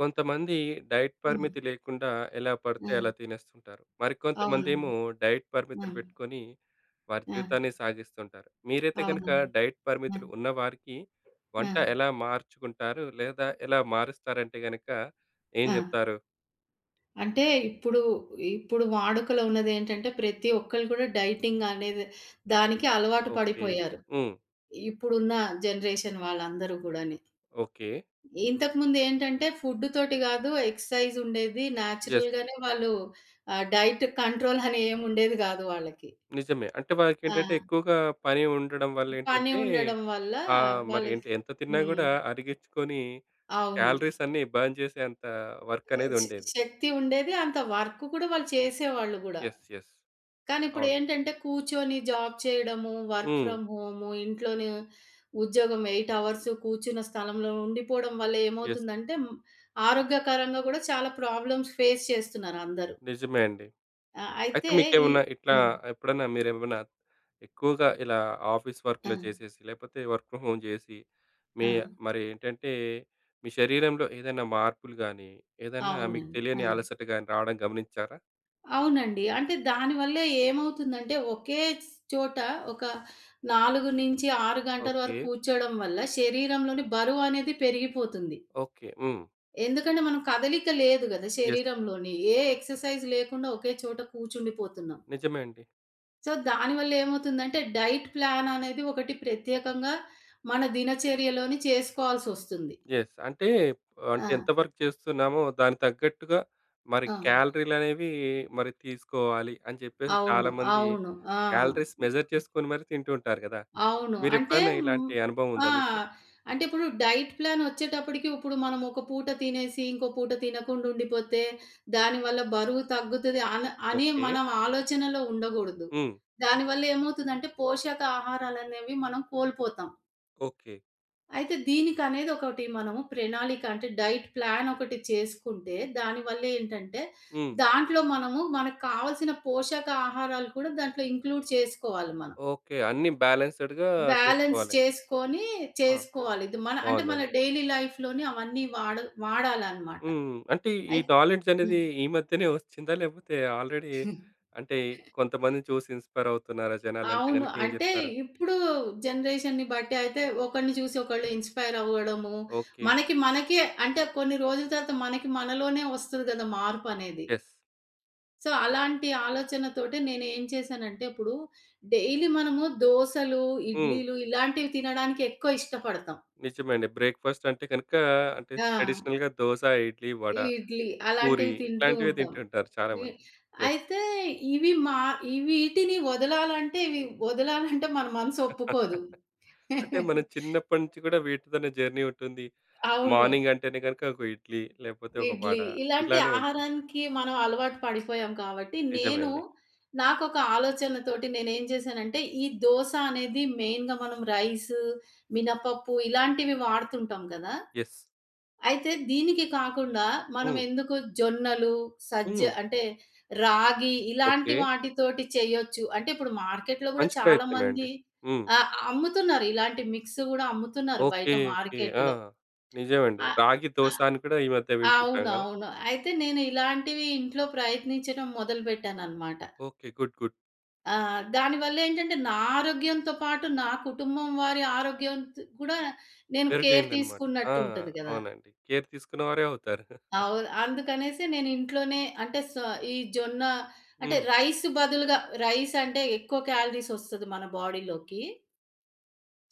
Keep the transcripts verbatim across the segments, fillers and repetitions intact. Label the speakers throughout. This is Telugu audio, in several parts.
Speaker 1: కొంతమంది డైట్
Speaker 2: హ్మ్.
Speaker 1: పరిమితి లేకుండా ఎలా
Speaker 2: ఆ!
Speaker 1: పడితే అలా తినేస్తుంటారు.
Speaker 2: అవునండి.
Speaker 1: మరికొంతమందేమో డైట్
Speaker 2: ఆ!
Speaker 1: పరిమితులు పెట్టుకొని వారి
Speaker 2: ఆ!
Speaker 1: జీవితాన్ని సాగిస్తుంటారు. మీరైతే గనుక
Speaker 2: అవునండి.
Speaker 1: డైట్
Speaker 2: ఆ!
Speaker 1: పరిమితులు ఉన్నవారికి
Speaker 2: ఆ!
Speaker 1: వంట ఎలా మార్చుకుంటారు? లేదా ఎలా మారుస్తారంటే గనక ఏం
Speaker 2: ఆ!
Speaker 1: జెప్తారు?
Speaker 2: అంటే ఇప్పుడు, ఇప్పుడు వాడుకలో ఉన్నదేంటంటే ప్రతి ఒక్కళ్ళు కూడా డైటింగ్ అనేది దానికి అలవాటు
Speaker 1: ఓకే.
Speaker 2: పడిపోయారు.
Speaker 1: హ్మ్.
Speaker 2: ఇప్పుడున్న జనరేషన్ వాళ్ళందరూ గూడాని.
Speaker 1: ఓకే.
Speaker 2: ఇంతకుముందు ఏంటంటే ఫుడ్ తోటి గాదు ఎక్సర్‌సైజ్ ఉండేది.
Speaker 1: యెస్.
Speaker 2: నేచురల్‌గానే వాళ్ళు ఆహ్, డైట్ కంట్రోల్ అని ఏమి ఉండేది గాదు వాళ్ళకి.
Speaker 1: నిజమే. అంటే
Speaker 2: ఆ!
Speaker 1: వారికేంటంటే ఎక్కువగా పని ఉండడం
Speaker 2: పని
Speaker 1: వల్లేంటంటే
Speaker 2: ఉండడం వల్ల
Speaker 1: ఆహ్,
Speaker 2: వాళ్ళకి
Speaker 1: మరేంటి ఎంత తిన్నా
Speaker 2: హ్మ్.
Speaker 1: గూడా అరిగించుకొని
Speaker 2: అవును.
Speaker 1: క్యాలరీస్ అన్నీ బర్న్ చేసేంత వర్క్
Speaker 2: ఆహ్,
Speaker 1: అనేది
Speaker 2: శ
Speaker 1: ఉండేది.
Speaker 2: శక్తి ఉండేది. అంత వర్క్ కూడా వాళ్ళు చేసేవాళ్ళు గూడా.
Speaker 1: యెస్. యెస్.
Speaker 2: కానీ
Speaker 1: అవును.
Speaker 2: ఇప్పుడేంటంటే కూర్చొని జాబ్ చేయడము, వర్క్
Speaker 1: హ్మ్.
Speaker 2: ఫ్రమ్ హోము, ఇంట్లోనే ఉద్యోగం ఎనిమిది అవర్స్ కూర్చున్న స్థలంలో ఉండిపోవడం వల్ల
Speaker 1: యెస్.
Speaker 2: ఏమవుతుందంటే హ్మ్, ఆరోగ్యకరంగా గూడా చాలా ప్రాబ్లమ్స్ ఫేస్ చేస్తున్నారు అందరూ.
Speaker 1: నిజమే అండి.
Speaker 2: ఆ!
Speaker 1: అయితే
Speaker 2: అయితే ఈ
Speaker 1: మీకేమన్నా ఇట్లా
Speaker 2: హ్మ్.
Speaker 1: ఎప్పుడన్నా మీరేమన్నా ఎక్కువగా ఇలా ఆఫీస్
Speaker 2: ఆ!
Speaker 1: వర్క్‌లో చేసేసి, లేకపోతే వర్క్ ఫ్రమ్ హోమ్ చేసి, మీ
Speaker 2: ఆ!
Speaker 1: మరి ఏంటంటే, మీ శరీరంలో ఏదైనా మార్పులు గాని, ఏదన్నా మీకు
Speaker 2: అవునండి. ఆ!
Speaker 1: తెలియని అలసట గాని రావడం గమనించారా?
Speaker 2: అవునండి. అంటే దానివల్ల ఏమవుతుందంటే, ఒకే స్ చోట ఒక నాలుగు నుంచి ఆరు గంటల
Speaker 1: ఓకే.
Speaker 2: వరకు కూర్చోవడం వల్ల శరీరంలోని బరువు అనేది పెరిగిపోతుంది.
Speaker 1: ఓకే. హ్మ్.
Speaker 2: ఎందుకంటే, మనం కదలిక లేదు గదా!
Speaker 1: యెస్.
Speaker 2: శరీరంలోని. ఏ ఎక్సర్సైజ్ లేకుండా ఒకే చోట కూర్చుండిపోతున్నాం.
Speaker 1: నిజమే అండి.
Speaker 2: సో, దానివల్ల ఏమవుతుందంటే, డైట్ ప్లాన్ అనేది ఒకటి ప్రత్యేకంగా మన దినచర్యలోని చేసుకోవాల్సొస్తుంది.
Speaker 1: యెస్. అంటే,
Speaker 2: ఆ!
Speaker 1: అంటే ఎంత వర్క్ చేస్తున్నామో దానికి తగ్గట్టుగా మరి
Speaker 2: ఆ!
Speaker 1: క్యాలరీలనేవి మరి తీసుకోవాలి అని చెప్పేసి
Speaker 2: అవును.
Speaker 1: చాలామంది
Speaker 2: అవును. ఆ!
Speaker 1: క్యాలరీస్ మెజర్ చేసుకొని మరి తింటూ ఉంటారు కదా!
Speaker 2: అవును. అంటే
Speaker 1: మీరెప్పుడన్నా
Speaker 2: హ్మ్.
Speaker 1: ఇలాంటి అనుభవం
Speaker 2: ఆ!
Speaker 1: ఉందా మీకు?
Speaker 2: అంటే ఇప్పుడు డైట్ ప్లాన్ వచ్చేటప్పటికి ఇప్పుడు మనం ఒక పూట తినేసి, ఇంకో పూట తినకుండా ఉండిపోతే, దానివల్ల బరువు తగ్గుతది అన అని
Speaker 1: ఓకే.
Speaker 2: మనం ఆలోచనలో ఉండగూడదు.
Speaker 1: హ్మ్.
Speaker 2: దానివల్ల ఏమవుతుందంటే పోషకాహారాలనేవి మనం కోల్పోతాం.
Speaker 1: ఓకే.
Speaker 2: అయితే దీనికనేది ఒకటి మనము ప్రణాళిక అంటే డైట్ ప్లాన్ ఒకటి చేసుకుంటే, దానివల్ల ఏంటంటే
Speaker 1: హ్మ్.
Speaker 2: దాంట్లో మనము మనకు కావాల్సిన పోషక ఆహారాలు కూడా దాంట్లో ఇంక్లూడ్ చేసుకోవాలి మనం.
Speaker 1: ఓకే. అన్నీ బ్యాలెన్స్‌డ్‌గా
Speaker 2: బ్యాలెన్స్
Speaker 1: చేసుకోవాలి.
Speaker 2: చేసుకొని
Speaker 1: ఆ!
Speaker 2: చేసుకోవాలి. ఇది మన అంటే మన
Speaker 1: బావుందండి.
Speaker 2: డైలీ లైఫ్‌లోనే అవన్నీ వాడ వాడాలనమాట.
Speaker 1: హ్మ్. అంటే ఈ
Speaker 2: అయిత్
Speaker 1: నాలెడ్జ్ అనేది
Speaker 2: హ్మ్.
Speaker 1: ఈ మధ్యనే వచ్చిందా? లేకపోతే ఆల్రెడీ అంటే కొంతమందిని చూసి ఇన్‌స్పైర్ అవుతున్నారా జనాలంటే
Speaker 2: అవును.
Speaker 1: గనుక ఏం
Speaker 2: అంటే
Speaker 1: జెప్తారు?
Speaker 2: ఇప్పుడు జనరేషన్‌ని బట్టి అయితే ఒకరిని చూసి ఒకళ్ళు ఇన్‌స్పైర్ అవ్వడము,
Speaker 1: ఓకే.
Speaker 2: మనకి మనకే అంటే కొన్ని రోజుల తర్వాత మనకి మనలోనే వస్తది గదా! మార్పనేది.
Speaker 1: యెస్.
Speaker 2: సో, అలాంటి ఆలోచనతోటే నేనేం చేశానంటే ఇప్పుడు డైలీ మనము దోసలు,
Speaker 1: హ్మ్.
Speaker 2: ఇడ్లీలు ఇలాంటివి తినడానికి ఎక్కువ ఇష్టపడతాం.
Speaker 1: నిజమే అండి. బ్రేక్‌ఫాస్ట్ అంటే గనుక అంటే
Speaker 2: ఆ!
Speaker 1: ట్రెడిషనల్‌గా దోస, ఇడ్లీ, వడ,
Speaker 2: ఇడ్లీ
Speaker 1: పూరి
Speaker 2: అలాంటివి తింటూ
Speaker 1: ఇట్లాంటివే
Speaker 2: ఉంటాం.
Speaker 1: తింటుంటారు
Speaker 2: వి
Speaker 1: చాలామంది. యెస్.
Speaker 2: అయితే ఇవి మా ఇవి వీటిని వదలాలంటే ఇవి వదలాలంటే మన మనసు ఒప్పుకోదు.
Speaker 1: అంటే మనం చిన్నప్పటి నుంచి కూడా వీటితోనే జర్నీ ఉంటుంది.
Speaker 2: అవును.
Speaker 1: మార్నింగ్ అంటేనే గనుక ఒక ఇడ్లీ, లేకపోతే ఒక
Speaker 2: ఇడ్లీ.
Speaker 1: వడ
Speaker 2: ఇలాంటి
Speaker 1: ఇలానే ఉంటుంది.
Speaker 2: ఆహారానికి మనం అలవాటు పడిపోయాం కాబట్టి,
Speaker 1: నిజమే
Speaker 2: నేను
Speaker 1: అండి.
Speaker 2: నాకొక ఆలోచనతోటి నేనేం చేశానంటే, ఈ దోస అనేది మెయిన్‌గా మనం రైసు, మినపప్పు ఇలాంటివి వాడుతుంటాం గదా!
Speaker 1: యెస్.
Speaker 2: అయితే దీనికి కాకుండా మనం
Speaker 1: హ్మ్.
Speaker 2: ఎందుకు జొన్నలు, సజ్జ
Speaker 1: హ్మ్.
Speaker 2: అంటే రాగి ఇలాంటి
Speaker 1: ఓకే.
Speaker 2: వాటితోటి చేయొచ్చు. అంటే ఇప్పుడు మార్కెట్‌లో గూడా
Speaker 1: మంచి ప్రయత్నమే అండి.
Speaker 2: చాలామంది
Speaker 1: హ్మ్.
Speaker 2: ఆహ్, అమ్ముతున్నారు. ఇలాంటి మిక్స్ గూడా అమ్ముతున్నారు బయట
Speaker 1: ఓకే. ఓకే. ఆ!
Speaker 2: మార్కెట్‌లో.
Speaker 1: నిజమండి.
Speaker 2: ఆహ్,
Speaker 1: రాగి దోస అని కూడా ఈ మధ్య వింటుంటాం గదా!
Speaker 2: అవునవును. అయితే నేను ఇలాంటివి ఇంట్లో ప్రయత్నించడం మొదలుపెట్టాననమాట.
Speaker 1: ఓకే. గుడ్. గుడ్.
Speaker 2: ఆహ్, దానివల్లేంటంటే నా ఆరోగ్యంతో పాటు నా కుటుంబం వారి ఆరోగ్యం త్ కూడా నేను కేర్
Speaker 1: మెరుగైందన్నమాట. ఆ!
Speaker 2: తీసుకున్నట్టుంటది గదా!
Speaker 1: అవునండి. కేర్ తీసుకున్నవారే అవుతారు.
Speaker 2: అవును. అందుకనేసి నేను ఇంట్లోనే అంటే స ఈ జొన్న అంటే
Speaker 1: హ్మ్.
Speaker 2: రైస్ బదులుగా రైస్ అంటే ఎక్కువ క్యాలరీస్ ఒస్తది మన బాడీలోకి.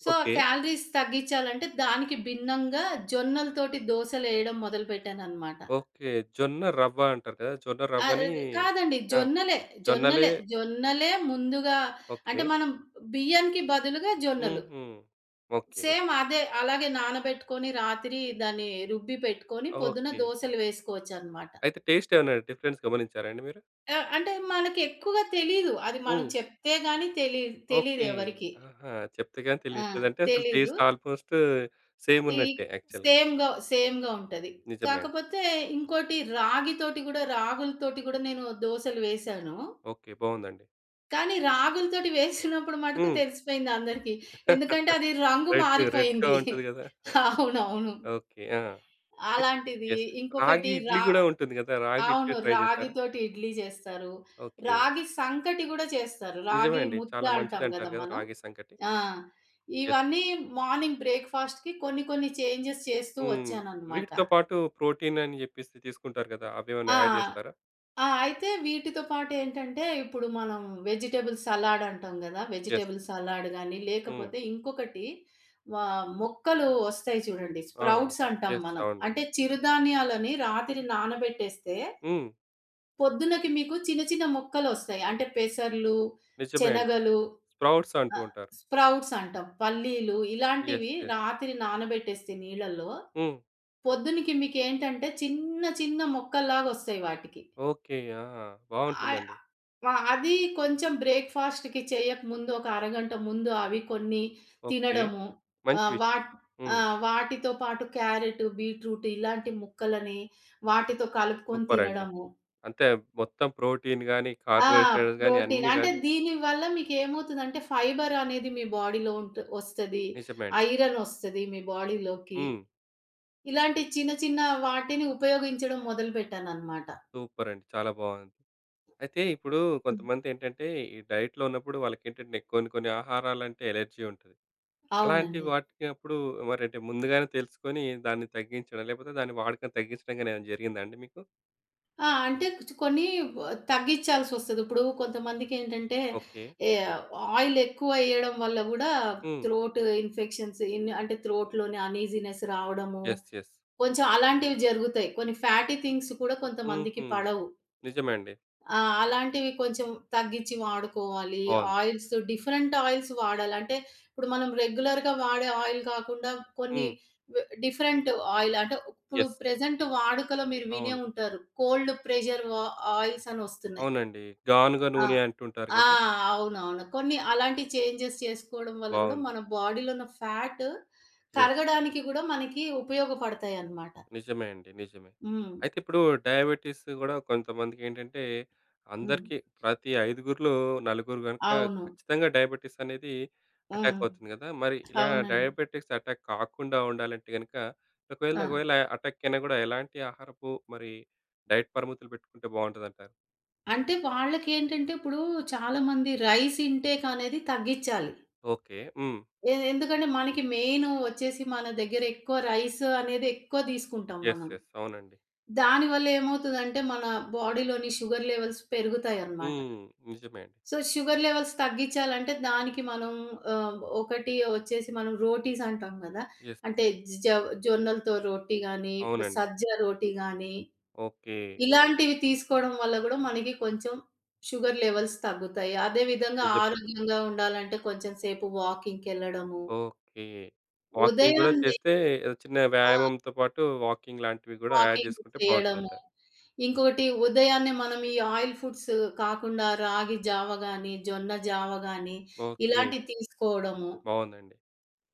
Speaker 2: సో, ఆ
Speaker 1: ఓకే.
Speaker 2: క్యాలరీస్ తగ్గిచ్చాలంటే దానికి భిన్నంగా జొన్నలతోటి దోసలేయడం మొదలుపెట్టాననమాట.
Speaker 1: ఓకే. జొన్న రవ్వ అంటారు కదా! జొన్న
Speaker 2: ఆ!
Speaker 1: రవ్వని
Speaker 2: కాదండి.
Speaker 1: ఆ!
Speaker 2: జొన్నలే.
Speaker 1: జొన్నలే
Speaker 2: జొన్నలే. హ్మ్. జొన్నలే ముందుగా అంటే
Speaker 1: ఓకే.
Speaker 2: మనం బియ్యానికి బదులుగా జొన్నలు.
Speaker 1: హుహు. ఓకే.
Speaker 2: సేమ్ అదే అలాగే నానబెట్టుకొని రాత్రి దాన్ని రుబ్బి పెట్టుకొని పొద్దున
Speaker 1: ఓకే.
Speaker 2: దోసలు వేసుకోవచ్చనమాట.
Speaker 1: అయితే టేస్ట్ ఏమన్నా డిఫరెన్స్ గమనించారా అండి మీరు?
Speaker 2: ఆ! అంటే మనకి ఎక్కువగా తెలీదు. అది మనం
Speaker 1: హ్మ్.
Speaker 2: చెప్తే గాని తెలీ తెలీదు
Speaker 1: ఓకే.
Speaker 2: ఎవరికీ.
Speaker 1: ఆహా! చెప్తే గాని
Speaker 2: ఆ!
Speaker 1: తెలియట్లేదు అంటే అసలు
Speaker 2: తెలీదు.
Speaker 1: టేస్ట్ ఆల్‌మోస్ట్ సేమ్
Speaker 2: ఈ
Speaker 1: ఉన్నట్టే యాక్చువల్‌గా.
Speaker 2: సేమ్‌గా సేమ్‌గా ఉంటది.
Speaker 1: నిజమే అండి.
Speaker 2: కాకపోతే ఇంకోటి రాగితోటి గూడా రాగులతోటి గూడా నేను దోసలు వేశాను.
Speaker 1: ఓకే. బావుందండి.
Speaker 2: కానీ రాగులతోటి వేసినప్పుడు మటుకు
Speaker 1: హ్మ్.
Speaker 2: తెలిసిపోయింది అందరికీ. ఎందుకంటే అది రంగు
Speaker 1: రెడ్, రెడ్‌గా
Speaker 2: మారిపోయింది.
Speaker 1: ఉంటది గదా!
Speaker 2: అవునవును.
Speaker 1: ఓకే. ఆ! అయి
Speaker 2: అలాంటిది.
Speaker 1: యెస్. రాగి
Speaker 2: ఇంకొకటి రా
Speaker 1: ఇడ్లీ గూడా ఉంటుంది గదా! రాగి
Speaker 2: అవును.
Speaker 1: ఇడ్లీ ట్రై చేసారా?
Speaker 2: రాగితోటి ఇడ్లీ చేస్తారు.
Speaker 1: ఓకే.
Speaker 2: రాగి సంకటి గూడా చేస్తారు.
Speaker 1: నిజమే
Speaker 2: రాగి
Speaker 1: అండి.
Speaker 2: ముద్ద
Speaker 1: చాలా
Speaker 2: అంటాం గదా
Speaker 1: మంచిదంటారు గదా!
Speaker 2: మనం.
Speaker 1: రాగి సంకటి.
Speaker 2: ఆ!
Speaker 1: యెస్.
Speaker 2: ఇవన్నీ మార్నింగ్ బ్రేక్‌ఫాస్ట్‌కి కొన్ని కొన్ని చేంజెస్ చేస్తూ
Speaker 1: హ్మ్.
Speaker 2: వచ్చానన్నమాట.
Speaker 1: వీటితో పాటు ప్రోటీన్ అని జెప్పేసి తీసుకుంటారు గదా! అవేమన్నా
Speaker 2: ఆ!
Speaker 1: యాడ్ జేస్తారా?
Speaker 2: ఆ! అయితే వీటితో పాటేంటంటే, ఇప్పుడు మనం వెజిటబుల్ సలాడ్ అంటాం గదా!
Speaker 1: యెస్.
Speaker 2: వెజిటబుల్ సలాడ్ గానీ,
Speaker 1: హ్మ్.
Speaker 2: లేకపోతే ఇంకొకటి వ మొక్కలు ఒస్తాయి చూడండి.
Speaker 1: ఆ!
Speaker 2: స్ప్రౌట్స్ అంటాం
Speaker 1: యెస్.
Speaker 2: మనం.
Speaker 1: అవునండి.
Speaker 2: అంటే చిరుధాన్యాలని రాత్రి నానబెట్టేస్తే,
Speaker 1: హ్మ్.
Speaker 2: పొద్దునకి మీకు చిన్న చిన్న మొక్కలొస్తాయి. అంటే పెసర్లు,
Speaker 1: నిజమే అండి.
Speaker 2: శనగలు
Speaker 1: స్ప్రౌట్స్ అంటూ
Speaker 2: ఆహ్,
Speaker 1: ఉంటారు.
Speaker 2: స్ప్రౌట్స్ అంటాం. పల్లీలు
Speaker 1: యెస్.
Speaker 2: ఇలాంటివి
Speaker 1: యెస్.
Speaker 2: రాత్రి నానబెట్టేస్తే నీళ్ళల్లో,
Speaker 1: హ్మ్.
Speaker 2: పొద్దునకి మీకేంటంటే చిన్న చిన్న మొక్కల్లాగొస్తాయి వాటికి.
Speaker 1: ఓకే. ఆ!
Speaker 2: ఆహ్,
Speaker 1: బావుంటుందండి.
Speaker 2: ఆహ్, అది కొంచెం బ్రేక్‌ఫాస్ట్‌కి చేయకముందు ఒక అరగంట ముందు అవి కొన్ని
Speaker 1: ఓకే.
Speaker 2: తినడము.
Speaker 1: మంచి
Speaker 2: ఆహ్,
Speaker 1: విషయం.
Speaker 2: వాట్ ఆ!
Speaker 1: హ్మ్.
Speaker 2: వాటితో పాటు క్యారెట్, బీట్రూట్ ఇలాంటి ముక్కలని వాటితో కలుపుకొని
Speaker 1: సూపరండి.
Speaker 2: తినడము.
Speaker 1: అంతే మొత్తం ప్రోటీన్ గాని,
Speaker 2: ఆ!
Speaker 1: కార్బోహైడ్రేట్స్ గాని
Speaker 2: ప్రోటీన్
Speaker 1: అన్నీ
Speaker 2: అంటే
Speaker 1: గాని
Speaker 2: దీనివల్ల మీకేమవుతదంటే ఫైబర్ అనేది మీ బాడీలో ఉంట్ ఒస్తది.
Speaker 1: నిజమే అండి.
Speaker 2: ఐరన్ ఒస్తది మీ బాడీలోకి.
Speaker 1: హ్మ్.
Speaker 2: ఇలాంటి చిన్న చిన్న వాటిని ఉపయోగించడం మొదలుపెట్టాననమాట.
Speaker 1: సూపరండి. చాలా బావుంది. అయితే ఇప్పుడు
Speaker 2: హ్మ్.
Speaker 1: కొంతమందేంటంటే ఈ డైట్‌లో ఉన్నప్పుడు వాళ్ళకేంటంటే కొన్ని కొన్ని ఆహారాలంటే ఎలర్జీ ఉంటది. అలాంటి
Speaker 2: అవునండి.
Speaker 1: వాటికి అప్పుడు మరంటే ముందుగానే తెలుసుకొని దాన్ని తగ్గించడం లేకపోతే దాని వాడకం తగ్గించడం గాని ఏమైనా జరిగిందా అండి మీకు?
Speaker 2: ఆ! అంటే కు కొన్ని తగ్గిచ్చాల్సొస్తది. ఇప్పుడు కొంతమందికేంటంటే
Speaker 1: ఓకే.
Speaker 2: ఏ ఆయిల్ ఎక్కువెయడం వల్ల గూడా
Speaker 1: హ్మ్.
Speaker 2: థ్రోట్ ఇన్ఫెక్షన్స్ ఇన్ అంటే థ్రోట్‌లోనే అనీజీనెస్ రావడము,
Speaker 1: యెస్. యెస్.
Speaker 2: కొంచెం అలాంటివి జరుగుతాయి. కొన్ని ఫ్యాటీ థింగ్స్ కూడా కొంతమందికి
Speaker 1: హుహు.
Speaker 2: పడవు.
Speaker 1: నిజమే అండి.
Speaker 2: ఆ! అలాంటివి కొంచెం తగ్గించి వాడుకోవాలి.
Speaker 1: బావుంది.
Speaker 2: ఆయిల్స్ డిఫరెంట్ ఆయిల్స్ వాడాలి. అంటే ఇప్పుడు మనం రెగ్యులర్‌గా వాడే ఆయిల్ కాకుండా కొన్ని
Speaker 1: హ్మ్.
Speaker 2: వె డిఫరెంట్ ఆయిల్ అంటే ఇప్పుడు
Speaker 1: యెస్.
Speaker 2: ప్రెజెంట్ వాడుకలో మీరు వినే
Speaker 1: అవును.
Speaker 2: ఉంటారు. కోల్డ్ ప్రెషర్ వా ఆయిల్స్ అని వస్తున్నాయి.
Speaker 1: అవునండి. గానుగ
Speaker 2: ఆ!
Speaker 1: నూనె అంటుంటారు
Speaker 2: ఆ!
Speaker 1: గదా!
Speaker 2: అవునవును. కొన్ని అలాంటి చేంజెస్ చేసుకోవడం వల్ల గూడా
Speaker 1: బావుంది.
Speaker 2: మన బాడీలో ఉన్న ఫ్యాట్
Speaker 1: యెస్.
Speaker 2: కరగడానికి గూడా మనకి ఉపయోగపడతాయన్నమాట.
Speaker 1: నిజమే అండి. నిజమే.
Speaker 2: హ్మ్.
Speaker 1: అయితే ఇప్పుడు డయాబెటిస్ గూడా కొంతమందికేంటంటే
Speaker 2: హ్మ్.
Speaker 1: అందరికీ ప్రతి ఐదుగురిలో నలుగురు గనుక
Speaker 2: అవును.
Speaker 1: ఖచ్చితంగా డయాబెటిస్ అనేది అటాక్
Speaker 2: హ్మ్.
Speaker 1: అవుతుంది గదా! మరి ఇలా
Speaker 2: అవునండి.
Speaker 1: డయాబెటిక్స్ అటాక్ కాకుండా ఉండాలంటే గనుక ఒకవేళ
Speaker 2: ఆ!
Speaker 1: ఒకవేళ అటాక్ అయినా గూడా ఎలాంటి ఆహారపు మరి డైట్ పరిమితులు పెట్టుకుంటే బావుంటదంటారు?
Speaker 2: అంటే వాళ్ళకేంటంటే ఇప్పుడు చాలామంది రైస్ ఇంటేక్ అనేది తగ్గిచ్చాలి.
Speaker 1: ఓకే. హ్మ్.
Speaker 2: ఎ ఎందుకంటే మనకి మెయిన్ వచ్చేసి మన దగ్గర ఎక్కువ రైస్ అనేది ఎక్కువ తీసుకుంటాం
Speaker 1: యెస్.
Speaker 2: మనం.
Speaker 1: యెస్. అవునండి.
Speaker 2: దానివల్ల ఏమవుతదంటే మన బాడీలోని షుగర్ లెవెల్స్ పెరుగుతాయన్నమాట.
Speaker 1: హ్మ్. నిజమే అండి.
Speaker 2: సో, షుగర్ లెవెల్స్ తగ్గిచ్చాలంటే దానికి మనం ఆహ్, ఒకటి వచ్చేసి మనం రోటీస్ అంటాం గదా!
Speaker 1: యెస్.
Speaker 2: అంటే జ జొన్నలతో రోటీ గాని,
Speaker 1: అవునండి.
Speaker 2: సజ్జ రోటీ గాని
Speaker 1: ఓకే.
Speaker 2: ఇలాంటివి తీసుకోవడం వల్ల గూడా మనకి కొంచెం షుగర్ లెవెల్స్ తగ్గుతాయి. అదే విధంగా
Speaker 1: నిజమే.
Speaker 2: ఆరోగ్యంగా ఉండాలంటే కొంచెం సేపు వాకింగ్‌కెళ్ళడము,
Speaker 1: ఓకే. వాకింగ్ గూడా
Speaker 2: ఉదయాన్నే
Speaker 1: చేస్తే ఏదో చిన్న
Speaker 2: ఆ!
Speaker 1: వ్యాయామంతో పాటు వాకింగ్ లాంటివి గూడా యాడ్
Speaker 2: వాకింగ్
Speaker 1: జేసుకుంటే
Speaker 2: చేయడము.
Speaker 1: బావుంటుందంటారు.
Speaker 2: ఇంకొకటి ఉదయాన్నే మనం ఈ ఆయిల్ ఫుడ్స్ కాకుండా రాగి జావ గాని, జొన్న జావ గాని
Speaker 1: ఓకే.
Speaker 2: ఇలాంటివి తీసుకోవడము.
Speaker 1: బావుందండి.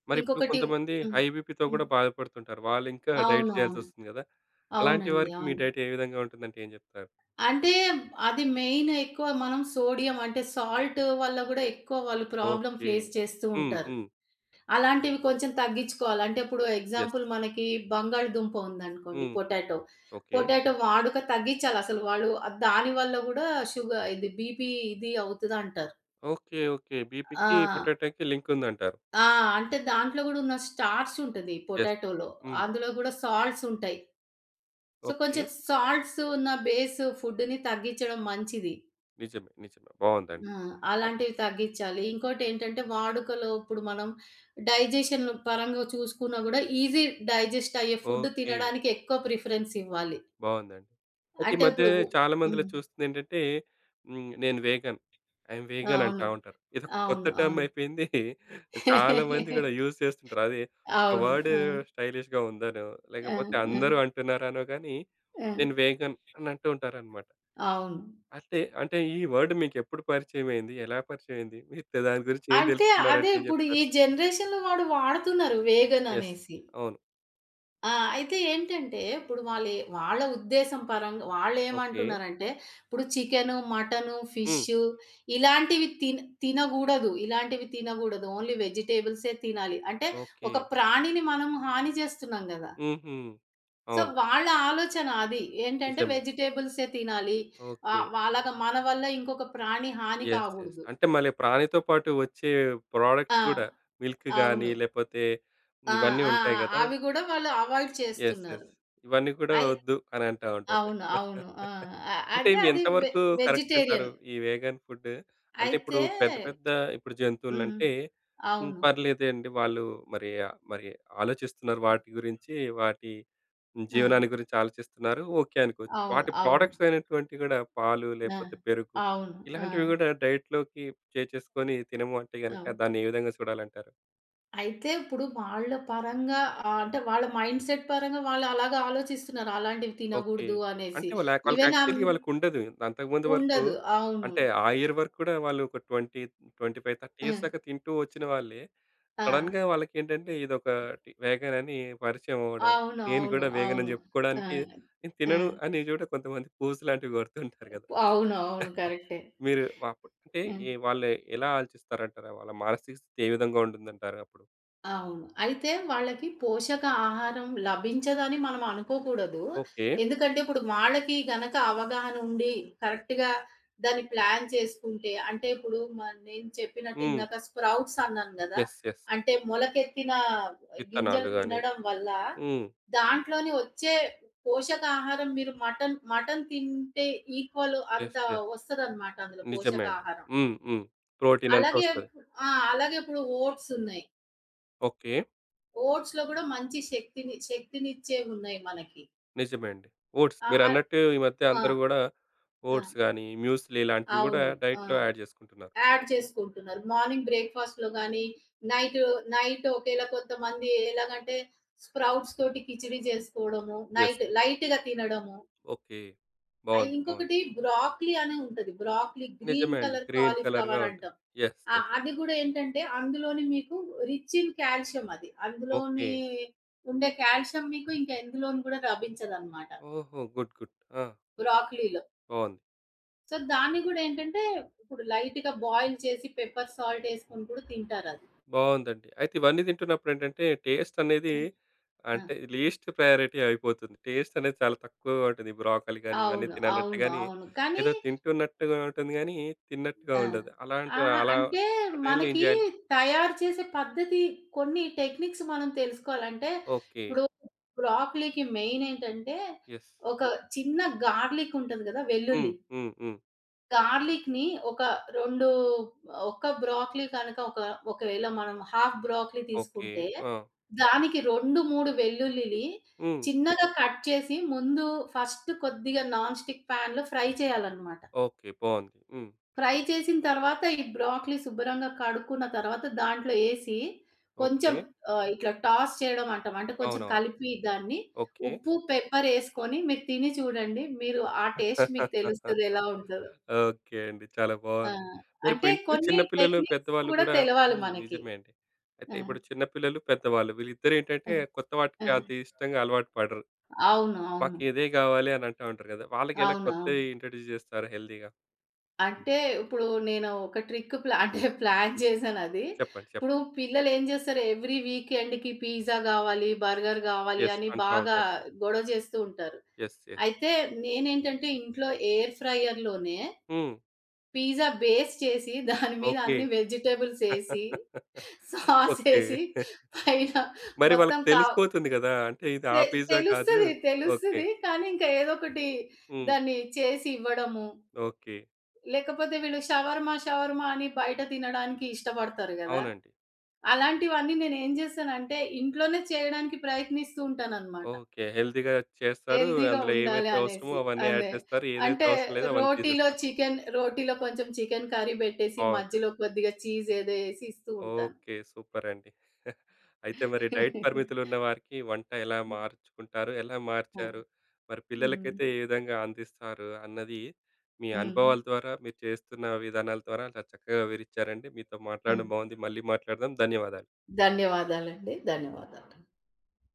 Speaker 1: మరిప్పుడు
Speaker 2: ఇంకొకటి
Speaker 1: కొంతమంది
Speaker 2: హ్మ్.
Speaker 1: హై బీపీతో
Speaker 2: హ్మ్.
Speaker 1: గూడా బాధపడుతుంటారు. వాళ్ళింకా డైట్
Speaker 2: అవునవును.
Speaker 1: చేయాల్సొస్తుంది గదా!
Speaker 2: అవునండి.
Speaker 1: అలాంటి వారికి మీ
Speaker 2: అవును.
Speaker 1: డైట్ ఏ విధంగా ఉంటుందంటే ఏం జెప్తారు?
Speaker 2: అంటే అది మెయిన్ ఎక్కువ మనం సోడియం అంటే సాల్ట్ వల్ల గూడా ఎక్కువ వాళ్ళు ప్రాబ్లమ్
Speaker 1: ఓకే.
Speaker 2: ఫేస్ చేస్తూ
Speaker 1: హ్మ్.
Speaker 2: ఉంటారు.
Speaker 1: హ్మ్.
Speaker 2: అలాంటివి కొంచెం తగ్గించుకోవాలి. అంటే ఇప్పుడు
Speaker 1: యెస్.
Speaker 2: ఎగ్జాంపుల్ మనకి బంగాళదుంప ఉందనుకోండి
Speaker 1: హ్మ్.
Speaker 2: పొటాటో.
Speaker 1: ఓకే.
Speaker 2: పొటాటో వాడుక తగ్గించాలసలు వాళ్ళు ఆహ్, దాని వల్ల గూడా షుగ ఇది బీపీ ఇది అవుతదంటారు.
Speaker 1: ఓకే. ఓకే.
Speaker 2: ఆ!
Speaker 1: బీపీకి, పొటాటోకి లింక్ ఉందంటారు.
Speaker 2: ఆ! అంటే దాంట్లో గూడా ఉన్న స్టార్చ్ ఉంటది
Speaker 1: యెస్.
Speaker 2: పొటాటోలో.
Speaker 1: హ్మ్.
Speaker 2: అందులో గూడా సాల్ట్స్ ఉంటాయి. So,
Speaker 1: okay.
Speaker 2: కొంచెం సాల్ట్స్ ఉన్న బేస్ ఫుడ్‌ని తగ్గించడం మంచిది.
Speaker 1: నిజమే. నిజమే. బావుందండి.
Speaker 2: ఆ! అలాంటివి తగ్గిచ్చాలి. ఇంకోటేంటంటే వాడుకలో ఇప్పుడు మనం డైజెషన్ పరంగా చూసుకున్నా గూడా ఈజీ డైజెస్ట్ అయ్యే ఫుడ్
Speaker 1: ఓకే.
Speaker 2: తినడానికి ఎక్కువ ప్రిఫరెన్స్ ఇవ్వాలి.
Speaker 1: బావుందండి. అయితే ఈ
Speaker 2: అంటే
Speaker 1: మధ్య
Speaker 2: ఇప్పుడు
Speaker 1: చాలా
Speaker 2: హ్మ్.
Speaker 1: మందిలో చూస్తుందేంటంటే హ్మ్. నేను వేగన్. ఐ యామ్ వేగన్
Speaker 2: అవును.
Speaker 1: అంటా ఉంటారు. ఇదొక కొత్త
Speaker 2: అవును.
Speaker 1: టర్మ్
Speaker 2: అవును.
Speaker 1: అయిపోయింది. చాలా మంది గూడా యూజ్ చేస్తుంటారు. అది ఒక
Speaker 2: అవును.
Speaker 1: వర్డ్
Speaker 2: ఆ!
Speaker 1: స్టైలిష్‌గా ఉందనో,
Speaker 2: ఆ!
Speaker 1: లేకపోతే
Speaker 2: ఆ!
Speaker 1: అందరూ అంటున్నారనో గానీ,
Speaker 2: ఆ!
Speaker 1: నేను వేగన్ అని అంటూ ఉంటారనమాట.
Speaker 2: అవును.
Speaker 1: అంటే అంటే ఈ వర్డ్ మీకెప్పుడు పరిచయమైంది? ఎలా పరిచయమైంది? మీరు తే దాని గురించి ఏం
Speaker 2: అంటే అదే
Speaker 1: తెలుసుకున్నారంటే ఏం
Speaker 2: ఇప్పుడు ఈ
Speaker 1: జెప్తారు?
Speaker 2: జనరేషన్‌లో వాడు వాడుతున్నారు వేగన్
Speaker 1: యెస్.
Speaker 2: అనేసి.
Speaker 1: అవును.
Speaker 2: ఆ! అయితే ఏంటంటే, ఇప్పుడు వాళ్ళే వాళ్ళ ఉద్దేశం పరంగా
Speaker 1: ఓకే.
Speaker 2: వాళ్ళేమంటున్నారంటే, ఇప్పుడు చికెను, మటను,
Speaker 1: హ్మ్.
Speaker 2: ఫిషు ఇలాంటివి తిన్ తినగూడదు. ఇలాంటివి తినగూడదు. ఓన్లీ వెజిటబుల్సే తినాలి. అంటే
Speaker 1: ఓకే.
Speaker 2: ఒక ప్రాణిని మనం హాని చేస్తున్నాం గదా!
Speaker 1: హుహు.
Speaker 2: సో,
Speaker 1: అవును.
Speaker 2: వాళ్ళ ఆలోచన అది. ఏంటంటే
Speaker 1: నిజమే.
Speaker 2: వెజిటబుల్సే తినాలి.
Speaker 1: ఓకే.
Speaker 2: ఆహ్, వాళ్ళగా మన వల్ల ఇంకొక ప్రాణి హాని
Speaker 1: యెస్. యెస్.
Speaker 2: కాగూడదు.
Speaker 1: అంటే మళ్ళీ ప్రాణితో పాటు వచ్చే
Speaker 2: ఆ!
Speaker 1: ప్రొడక్ట్ గూడా మిల్క్
Speaker 2: అవును.
Speaker 1: గాని, లేపోతే
Speaker 2: ఆ!
Speaker 1: ఇవన్నీ
Speaker 2: ఆ!
Speaker 1: ఉంటాయి గదా!
Speaker 2: అవి గూడా వాళ్ళు అవాయిడ్
Speaker 1: యెస్.
Speaker 2: చేస్తున్నారు.
Speaker 1: యెస్. ఇవన్నీ కూడా
Speaker 2: అయి
Speaker 1: వద్దు అని అంటా ఉంటారు.
Speaker 2: అవును. అవును. ఆ! అ
Speaker 1: అంటే
Speaker 2: అదే
Speaker 1: ఇవి
Speaker 2: అది వె
Speaker 1: ఎంతవరకు కరెక్ట్
Speaker 2: వెజిటేరియన్.
Speaker 1: అంటారు? ఈ వేగన్ ఫుడ్. అంటే ఇప్పుడు
Speaker 2: అయితే
Speaker 1: పెద్ద పెద్ద ఇప్పుడు
Speaker 2: హ్మ్.
Speaker 1: జంతువులనంటే హ్మ్.
Speaker 2: అవును.
Speaker 1: పర్లేదండి. వాళ్ళు మరి, ఆ- మరి ఆలోచిస్తున్నారు వాటి గురించి, వాటి
Speaker 2: ఆ!
Speaker 1: జీవనాన్ని గురించి ఆలోచిస్తున్నారు. ఓకే అనుకోవచ్చు.
Speaker 2: అవును.
Speaker 1: వాటి
Speaker 2: అవును.
Speaker 1: ప్రొడక్ట్స్ అయినటువంటివి కూడా పాలు
Speaker 2: ఆ!
Speaker 1: లేకపోతే పెరుగు
Speaker 2: అవును. ఆ!
Speaker 1: ఇలాంటివి కూడా డైట్‌లోకి చేర్చేసుకొని తినము అంటే గనక
Speaker 2: అవును.
Speaker 1: దాన్ని ఏ విధంగా చూడాలంటారు?
Speaker 2: అయితే ఇప్పుడు వాళ్ళ పరంగా ఆహ్, అంటే వాళ్ళ మైండ్‌సెట్ పరంగా వాళ్ళు అలాగా ఆలోచిస్తున్నారు. అలాంటివి
Speaker 1: ఓకే.
Speaker 2: తినగూడదు అనేసి.
Speaker 1: అంటే వాళ్ళ వాళ్ళకి
Speaker 2: ఈవెన్ ఆహ్,
Speaker 1: యాక్చువల్‌గా వాళ్ళకుండదు. అంతకుముందు వరకు
Speaker 2: ఉండదు. అవును.
Speaker 1: అంటే ఆ ఇయర్ వరకు కూడా వాళ్ళు ఒక ఇరవై, ఇరవై ఐదు, ముప్పై
Speaker 2: ఆ!
Speaker 1: ఇయర్స్ దాకా తింటూ వచ్చిన వాళ్ళే.
Speaker 2: ఆ!
Speaker 1: సడెన్‌గా వాళ్ళకేంటంటే ఇదొకటి వేగన్ అని పరిచయం అవ్వడం.
Speaker 2: అవును.
Speaker 1: నేను
Speaker 2: అవును.
Speaker 1: కూడా వేగన్ అని
Speaker 2: అవును. ఆ!
Speaker 1: చెప్పుకోవడానికి నేను
Speaker 2: ఆ!
Speaker 1: తినను అని కూడా కొంతమంది పోజ్ లాంటివి కొడుతుంటారు కదా!
Speaker 2: అవును. అవును. కరెక్టే.
Speaker 1: మీరు అప్పుడు అంటే
Speaker 2: ఆ!
Speaker 1: ఏ వాళ్ళు ఎలా ఆలోచిస్తారంటారు? వాళ్ళ మానసిక స్థితి ఏ విధంగా ఉంటుందంటారు అప్పుడు?
Speaker 2: అవును. అయితే వాళ్ళకి పోషక ఆహారం లభించదని మనం అనుకోకూడదు.
Speaker 1: ఓకే.
Speaker 2: ఎందుకంటే ఇప్పుడు వాళ్ళకి గనక అవగాహన ఉండి కరెక్ట్‌గా దాన్ని ప్లాన్ చేసుకుంటే అంటే ఇప్పుడు మ నేను చెప్పినట్టు
Speaker 1: హ్మ్.
Speaker 2: ఇందాక స్ప్రౌట్స్ అన్నాను గదా!
Speaker 1: యెస్. యెస్.
Speaker 2: అంటే మొలకెత్తిన గింజలు
Speaker 1: విత్తనాలు గాని
Speaker 2: తినడం వల్ల
Speaker 1: హ్మ్.
Speaker 2: దాంట్లోని వచ్చే పోషకాహారం మీరు మటన్ మటన్ తింటే ఈక్వల్ అంత
Speaker 1: యెస్. యెస్.
Speaker 2: వస్తదనమాట అందులో
Speaker 1: నిజమే అండి.
Speaker 2: పోషకాహారం.
Speaker 1: హ్మ్. హ్మ్. ప్రోటీన్ అంతా
Speaker 2: అలాగే
Speaker 1: వస్తది.
Speaker 2: ఆ! అలాగే ఇప్పుడు ఓట్స్ ఉన్నాయి.
Speaker 1: ఓకే.
Speaker 2: ఓట్స్ లో కూడా మంచి శక్తిని శక్తినిచ్చేవి ఉన్నాయి మనకి.
Speaker 1: నిజమే అండి. ఓట్స్
Speaker 2: ఆ! ఆహ్,
Speaker 1: మీరన్నట్టు ఈ మధ్య
Speaker 2: ఆ!
Speaker 1: అందరూ గూడా
Speaker 2: ఆ!
Speaker 1: ఓట్స్ గాని, మ్యూస్లీ ఇలాంటివి గూడా
Speaker 2: అవును. ఆ!
Speaker 1: డైట్‌లో యాడ్ జేసుకుంటున్నారు.
Speaker 2: యాడ్ చేసుకుంటున్నారు. మార్నింగ్ బ్రేక్‌ఫాస్ట్‌లో గాని, నైట్ నైట్ ఒకేళ కొంతమంది ఎలాగంటే స్ప్రౌట్స్ తోటి కిచిడి చేసుకోవడము,
Speaker 1: యెస్.
Speaker 2: నైట్ లైట్‌గా తినడము.
Speaker 1: ఓకే.
Speaker 2: ఆహ్,
Speaker 1: బావుంది. బావుంది.
Speaker 2: ఇంకొకటి బ్రాకలీ అని ఉంటది. బ్రాకలీ గ్రీన్
Speaker 1: నిజమే అండి.
Speaker 2: కలర్
Speaker 1: గ్రీన్ కలర్‌గా
Speaker 2: కాలీఫ్లవర్ అంటాం.
Speaker 1: ఉంటుంది. యెస్.
Speaker 2: ఆ!
Speaker 1: యెస్.
Speaker 2: అది కూడా ఏంటంటే అందులోని మీకు రిచ్ ఇన్ కాల్షియం అది.
Speaker 1: ఓకే.
Speaker 2: అందులోని ఉండే కాల్షియం మీకు ఇంకా ఎందులోని కూడా లభించదనమాట.
Speaker 1: ఓహో! గుడ్. గుడ్. ఆ!
Speaker 2: బ్రాకలీలో.
Speaker 1: బావుంది.
Speaker 2: సో, దాన్ని గూడా ఏంటంటే, ఇప్పుడు లైట్‌గా బాయిల్ చేసి పెప్పర్ సాల్ట్ ఏసుకొని కూడా తింటారది.
Speaker 1: బావుందండి. అయితే ఇవన్నీ తింటున్నప్పుడేంటంటే, టేస్ట్ అనేది
Speaker 2: ఆ! ఆ!
Speaker 1: అంటే లీస్ట్ ప్రయారిటీ అయిపోతుంది. టేస్ట్ అనేది చాలా తక్కువగా ఉంటుంది. బ్రోకలి గాని, ఇవన్నీ
Speaker 2: అవును.
Speaker 1: తినాలంటే
Speaker 2: అవును.
Speaker 1: గాని,
Speaker 2: అవును. కానీ
Speaker 1: ఏదో తింటున్నట్టుగా ఉంటుంది గానీ, తిన్నట్టుగా
Speaker 2: ఆ!
Speaker 1: ఉండదు.
Speaker 2: ఆ!
Speaker 1: అలాంటి అలా
Speaker 2: అంటే
Speaker 1: ఆ టైంలో ఏం
Speaker 2: మనకి
Speaker 1: జేయాలి?
Speaker 2: తయారు చేసే పద్ధతి కొన్ని టెక్నిక్స్ మనం తెలుసుకోవాలంటే,
Speaker 1: ఓకే.
Speaker 2: ఇప్పుడు బ్రాకలీకి మెయిన్ ఏంటంటే,
Speaker 1: యెస్.
Speaker 2: ఒక చిన్న గార్లిక్ ఉంటది గదా!
Speaker 1: హ్మ్.
Speaker 2: వెల్లుల్లి.
Speaker 1: హ్మ్. హ్మ్.
Speaker 2: గార్లిక్‌ని ఒక రెండు ఒక్క బ్రోకలీ కనుక ఒక ఒకవేళ మనం హాఫ్ బ్రోకలీ
Speaker 1: ఓకే.
Speaker 2: తీసుకుంటే,
Speaker 1: ఆ!
Speaker 2: దానికి రెండు, మూడు వెల్లుల్లిని
Speaker 1: హ్మ్.
Speaker 2: చిన్నగా కట్ చేసి ముందు ఫస్ట్ కొద్దిగా నాన్ స్టిక్ ప్యాన్‌లో ఫ్రై చేయాలన్నమాట.
Speaker 1: ఓకే. బావుంది. హ్మ్.
Speaker 2: ఫ్రై చేసిన తర్వాత ఈ బ్రోకలీ శుభ్రంగా కడుక్కున్న తర్వాత దాంట్లో ఏసి కొంచెం
Speaker 1: ఓకే.
Speaker 2: ఆహ్, ఇట్లా టాస్ చేయడం అంటాం. అంటే కొంచెం
Speaker 1: అవునవును.
Speaker 2: కలిపి దాన్ని
Speaker 1: ఓకే.
Speaker 2: ఉప్పు, పెప్పర్ ఏసుకొని మీరు తిని చూడండి. మీరు ఆ టేస్ట్ మీకు తెలుస్తది ఎలా ఉంటదో.
Speaker 1: ఓకే అండి. చాలా
Speaker 2: ఆ!
Speaker 1: బావుంది.
Speaker 2: అంటే
Speaker 1: మరిప్పుడు ఇంట్లో
Speaker 2: కొన్ని
Speaker 1: చిన్న పిల్లలు,
Speaker 2: టెక్నిక్స్
Speaker 1: పెద్దవాళ్ళు
Speaker 2: గూడా
Speaker 1: గూడా
Speaker 2: తెలవాలి
Speaker 1: హ్మ్.
Speaker 2: మనకి.
Speaker 1: నిజమే అండి. అయితే
Speaker 2: ఆ!
Speaker 1: ఇప్పుడు చిన్న పిల్లలు, పెద్దవాళ్ళు
Speaker 2: ఆ!
Speaker 1: వీళ్ళిద్దరేంటంటే కొత్త
Speaker 2: ఆ!
Speaker 1: వాటికి అంత ఇష్టంగా అలవాటు పడరు.
Speaker 2: అవును. అవును.
Speaker 1: మాకిదే గావాలి అని అంటా ఉంటారు గదా! వాళ్ళకెలా
Speaker 2: అవునవును.
Speaker 1: కొత్తయి ఇంట్రొడ్యూస్ జేస్తారు హెల్తీగా?
Speaker 2: అంటే ఇప్పుడు నేను ఒక ట్రిక్ ప్లా అంటే ప్లాన్ చేశానది.
Speaker 1: చెప్పండి.
Speaker 2: ఇప్పుడు
Speaker 1: చెప్పండి.
Speaker 2: పిల్లలేం జేస్తారు ఎవ్రీ వీకెండ్‌కి పిజ్జా గావాలి, బర్గర్ గావాలి
Speaker 1: యెస్.
Speaker 2: అని
Speaker 1: అంటా
Speaker 2: బాగా
Speaker 1: ఉంటారు.
Speaker 2: గొడవ జేస్తూ ఉంటారు.
Speaker 1: యెస్. యెస్.
Speaker 2: అయితే నేనేంటంటే ఇంట్లో ఎయిర్ ఫ్రైయర్‌లోనే
Speaker 1: హ్మ్.
Speaker 2: పిజ్జా బేస్ చేసి దాని మీద
Speaker 1: ఓకే.
Speaker 2: అన్ని వెజిటబుల్స్ ఏసి,
Speaker 1: ఓకే.
Speaker 2: సాసేసి పైన
Speaker 1: మరి వాళ్ళకి
Speaker 2: మొత్తం కా
Speaker 1: తెలిసిపోతుంది గదా! అంటే ఇది ఆ
Speaker 2: తె
Speaker 1: పిజ్జా కాదు.
Speaker 2: తెలుస్తది.
Speaker 1: ఓకే.
Speaker 2: తెలుస్తది. కానీ ఇంకా ఏదో ఒకటి
Speaker 1: హ్మ్.
Speaker 2: దాన్ని చేసి ఇవ్వడము.
Speaker 1: ఓకే.
Speaker 2: లేకపోతే వీళ్ళు షవర్మా, షవర్మా అని బయట తినడానికి ఇష్టపడతారు గదా!
Speaker 1: అవునండి.
Speaker 2: అలాంటివన్నీ నేనేం జేస్తానంటే ఇంట్లోనే చేయడానికి ప్రయత్నిస్తూ ఉంటాననమాట.
Speaker 1: ఓకే. హెల్తీగా చేస్తారు.
Speaker 2: హెల్తీగా
Speaker 1: అందులో
Speaker 2: ఉండాలి
Speaker 1: ఏమైతే అవసరమో
Speaker 2: అనేసి.
Speaker 1: అవన్నీ
Speaker 2: అదే.
Speaker 1: యాడ్ చేస్తారు. ఏదైతే
Speaker 2: అంటే
Speaker 1: అవసరం లేదో అవన్నీ
Speaker 2: రోటీలో
Speaker 1: తీసేస్తారు.
Speaker 2: చికెన్ రోటీలో కొంచెం చికెన్ కర్రీ బెట్టేసి
Speaker 1: బావుంటది.
Speaker 2: మధ్యలో కొద్దిగా చీజ్ ఏదో యేసి ఇస్తూ ఉంటాను.
Speaker 1: ఓకే. సూపరండి. అయితే మరి డైట్ పరిమితులున్న వారికి వంట ఎలా మార్చుకుంటారు? ఎలా
Speaker 2: ఆ!
Speaker 1: మార్చారు? మరి పిల్లలకైతే
Speaker 2: హ్మ్.
Speaker 1: ఏ విధంగా అందిస్తారు? అన్నది మీ
Speaker 2: హ్మ్.
Speaker 1: అనుభవాల ద్వారా, మీరు చేస్తున్న విధానాల ద్వారా చాలా చక్కగా వివరిచ్చారండి. మీతో
Speaker 2: ఆ!
Speaker 1: మాట్లాడడం బాగుంది. మళ్ళీ మాట్లాడదాం. ధన్యవాదాలు.
Speaker 2: ధన్యవాదాలండి. ధన్యవాదాలు.